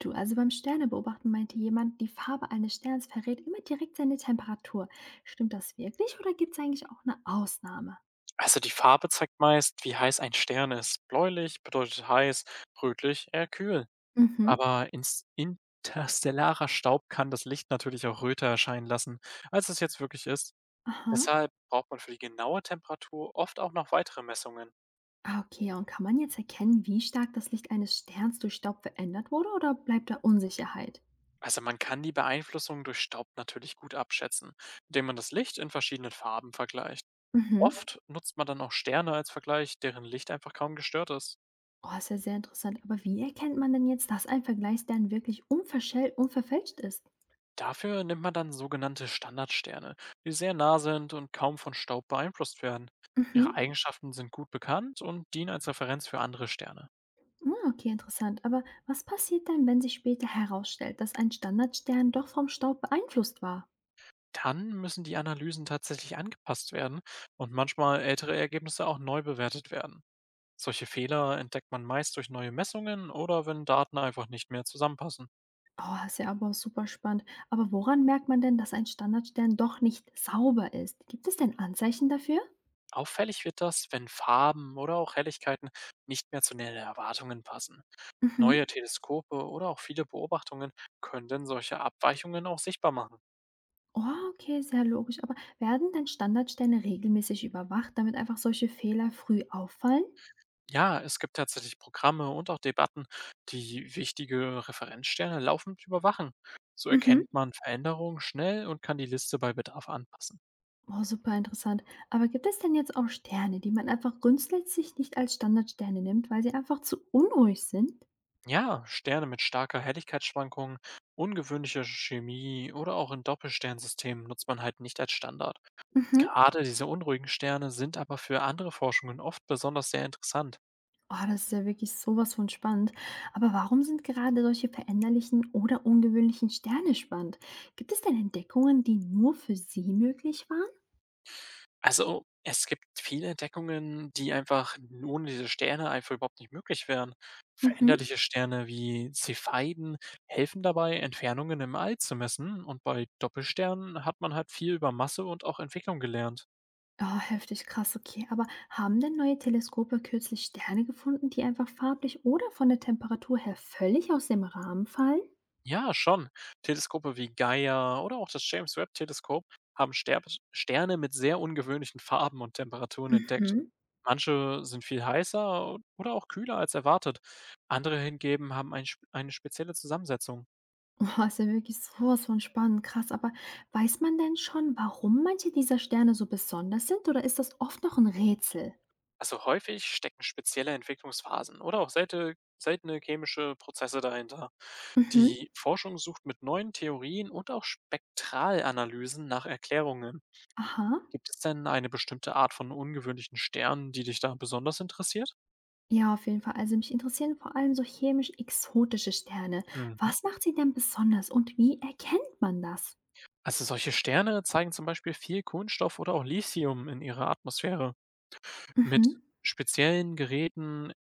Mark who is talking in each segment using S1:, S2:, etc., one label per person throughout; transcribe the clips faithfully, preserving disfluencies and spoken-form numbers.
S1: Du, also beim Sternebeobachten meinte jemand, die Farbe eines Sterns verrät immer direkt seine Temperatur. Stimmt das wirklich oder gibt es eigentlich auch eine Ausnahme?
S2: Also die Farbe zeigt meist, wie heiß ein Stern ist. Bläulich bedeutet heiß, rötlich eher kühl.
S1: Mhm.
S2: Aber ins interstellarer Staub kann das Licht natürlich auch röter erscheinen lassen, als es jetzt wirklich ist.
S1: Aha.
S2: Deshalb braucht man für die genaue Temperatur oft auch noch weitere Messungen.
S1: Ah, okay, und kann man jetzt erkennen, wie stark das Licht eines Sterns durch Staub verändert wurde oder bleibt da Unsicherheit?
S2: Also man kann die Beeinflussung durch Staub natürlich gut abschätzen, indem man das Licht in verschiedenen Farben vergleicht.
S1: Mhm.
S2: Oft nutzt man dann auch Sterne als Vergleich, deren Licht einfach kaum gestört ist.
S1: Oh, ist ja sehr interessant. Aber wie erkennt man denn jetzt, dass ein Vergleichsstern wirklich unverschell- unverfälscht ist?
S2: Dafür nimmt man dann sogenannte Standardsterne, die sehr nah sind und kaum von Staub beeinflusst werden. Ihre Mhm.
S1: Mhm.
S2: Eigenschaften sind gut bekannt und dienen als Referenz für andere Sterne.
S1: Ah, okay, interessant. Aber was passiert denn, wenn sich später herausstellt, dass ein Standardstern doch vom Staub beeinflusst war?
S2: Dann müssen die Analysen tatsächlich angepasst werden und manchmal ältere Ergebnisse auch neu bewertet werden. Solche Fehler entdeckt man meist durch neue Messungen oder wenn Daten einfach nicht mehr zusammenpassen.
S1: Oh, ist ja aber super spannend. Aber woran merkt man denn, dass ein Standardstern doch nicht sauber ist? Gibt es denn Anzeichen dafür?
S2: Auffällig wird das, wenn Farben oder auch Helligkeiten nicht mehr zu den Erwartungen passen. Neue
S1: Mhm.
S2: Teleskope oder auch viele Beobachtungen können solche Abweichungen auch sichtbar machen.
S1: Oh, okay, sehr logisch. Aber werden denn Standardsterne regelmäßig überwacht, damit einfach solche Fehler früh auffallen?
S2: Ja, es gibt tatsächlich Programme und auch Debatten, die wichtige Referenzsterne laufend überwachen. So
S1: Mhm.
S2: erkennt man Veränderungen schnell und kann die Liste bei Bedarf anpassen.
S1: Oh, super interessant. Aber gibt es denn jetzt auch Sterne, die man einfach grundsätzlich nicht als Standardsterne nimmt, weil sie einfach zu unruhig sind?
S2: Ja, Sterne mit starker Helligkeitsschwankung, ungewöhnlicher Chemie oder auch in Doppelsternsystemen nutzt man halt nicht als Standard.
S1: Mhm.
S2: Gerade diese unruhigen Sterne sind aber für andere Forschungen oft besonders sehr interessant.
S1: Oh, das ist ja wirklich sowas von spannend. Aber warum sind gerade solche veränderlichen oder ungewöhnlichen Sterne spannend? Gibt es denn Entdeckungen, die nur für sie möglich waren?
S2: Also, es gibt viele Entdeckungen, die einfach n ohne diese Sterne einfach überhaupt nicht möglich wären.
S1: Mhm.
S2: Veränderliche Sterne wie Cepheiden helfen dabei, Entfernungen im All zu messen, und bei Doppelsternen hat man halt viel über Masse und auch Entwicklung gelernt.
S1: Oh, heftig krass, okay. Aber haben denn neue Teleskope kürzlich Sterne gefunden, die einfach farblich oder von der Temperatur her völlig aus dem Rahmen fallen?
S2: Ja, schon. Teleskope wie Gaia oder auch das James Webb Teleskop haben Sterb Sterne mit sehr ungewöhnlichen Farben und Temperaturen entdeckt.
S1: Mhm.
S2: Manche sind viel heißer oder auch kühler als erwartet. Andere hingegen haben ein, sp- eine spezielle Zusammensetzung.
S1: Oh, ist ja wirklich sowas von spannend, krass. Aber weiß man denn schon, warum manche dieser Sterne so besonders sind oder ist das oft noch ein Rätsel?
S2: Also häufig stecken spezielle Entwicklungsphasen oder auch seltene, seltene chemische Prozesse dahinter.
S1: Mhm.
S2: Die Forschung sucht mit neuen Theorien und auch Spektralanalysen nach Erklärungen.
S1: Aha.
S2: Gibt es denn eine bestimmte Art von ungewöhnlichen Sternen, die dich da besonders interessiert?
S1: Ja, auf jeden Fall. Also mich interessieren vor allem so chemisch-exotische Sterne.
S2: Mhm.
S1: Was macht sie denn besonders und wie erkennt man das?
S2: Also solche Sterne zeigen zum Beispiel viel Kohlenstoff oder auch Lithium in ihrer Atmosphäre.
S1: Mhm.
S2: Mit speziellen Geräten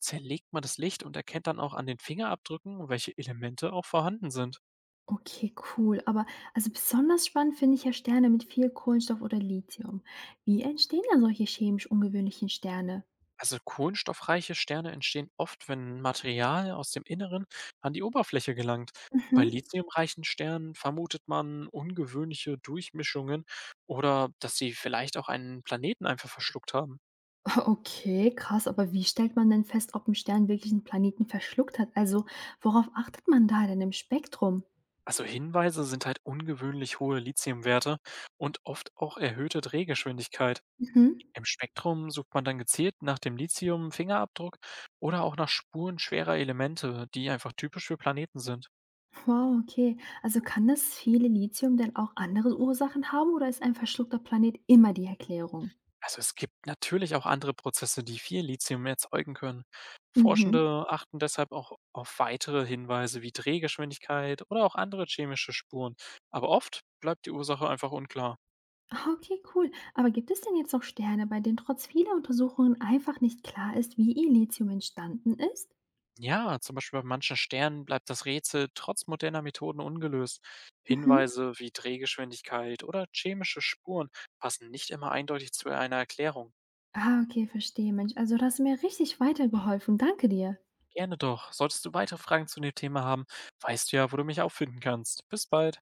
S2: zerlegt man das Licht und erkennt dann auch an den Fingerabdrücken, welche Elemente auch vorhanden sind.
S1: Okay, cool. Aber also besonders spannend finde ich ja Sterne mit viel Kohlenstoff oder Lithium. Wie entstehen da solche chemisch ungewöhnlichen Sterne?
S2: Also kohlenstoffreiche Sterne entstehen oft, wenn Material aus dem Inneren an die Oberfläche gelangt. Bei
S1: Mhm.
S2: lithiumreichen Sternen vermutet man ungewöhnliche Durchmischungen oder dass sie vielleicht auch einen Planeten einfach verschluckt haben.
S1: Okay, krass. Aber wie stellt man denn fest, ob ein Stern wirklich einen Planeten verschluckt hat? Also worauf achtet man da denn im Spektrum?
S2: Also Hinweise sind halt ungewöhnlich hohe Lithiumwerte und oft auch erhöhte Drehgeschwindigkeit.
S1: Mhm.
S2: Im Spektrum sucht man dann gezielt nach dem Lithium-Fingerabdruck oder auch nach Spuren schwerer Elemente, die einfach typisch für Planeten sind.
S1: Wow, okay. Also kann das fehlende Lithium denn auch andere Ursachen haben oder ist ein verschluckter Planet immer die Erklärung?
S2: Also es gibt natürlich auch andere Prozesse, die viel Lithium erzeugen können.
S1: Mhm.
S2: Forschende achten deshalb auch auf weitere Hinweise wie Drehgeschwindigkeit oder auch andere chemische Spuren. Aber oft bleibt die Ursache einfach unklar.
S1: Ah, okay, cool. Aber gibt es denn jetzt noch Sterne, bei denen trotz vieler Untersuchungen einfach nicht klar ist, wie ihr Lithium entstanden ist?
S2: Ja, zum Beispiel bei manchen Sternen bleibt das Rätsel trotz moderner Methoden ungelöst.
S1: Mhm.
S2: Hinweise wie Drehgeschwindigkeit oder chemische Spuren passen nicht immer eindeutig zu einer Erklärung.
S1: Ah, okay, verstehe, Mensch. Also, das hast du mir richtig weitergeholfen. Danke dir.
S2: Gerne doch. Solltest du weitere Fragen zu dem Thema haben, weißt du ja, wo du mich auffinden kannst. Bis bald.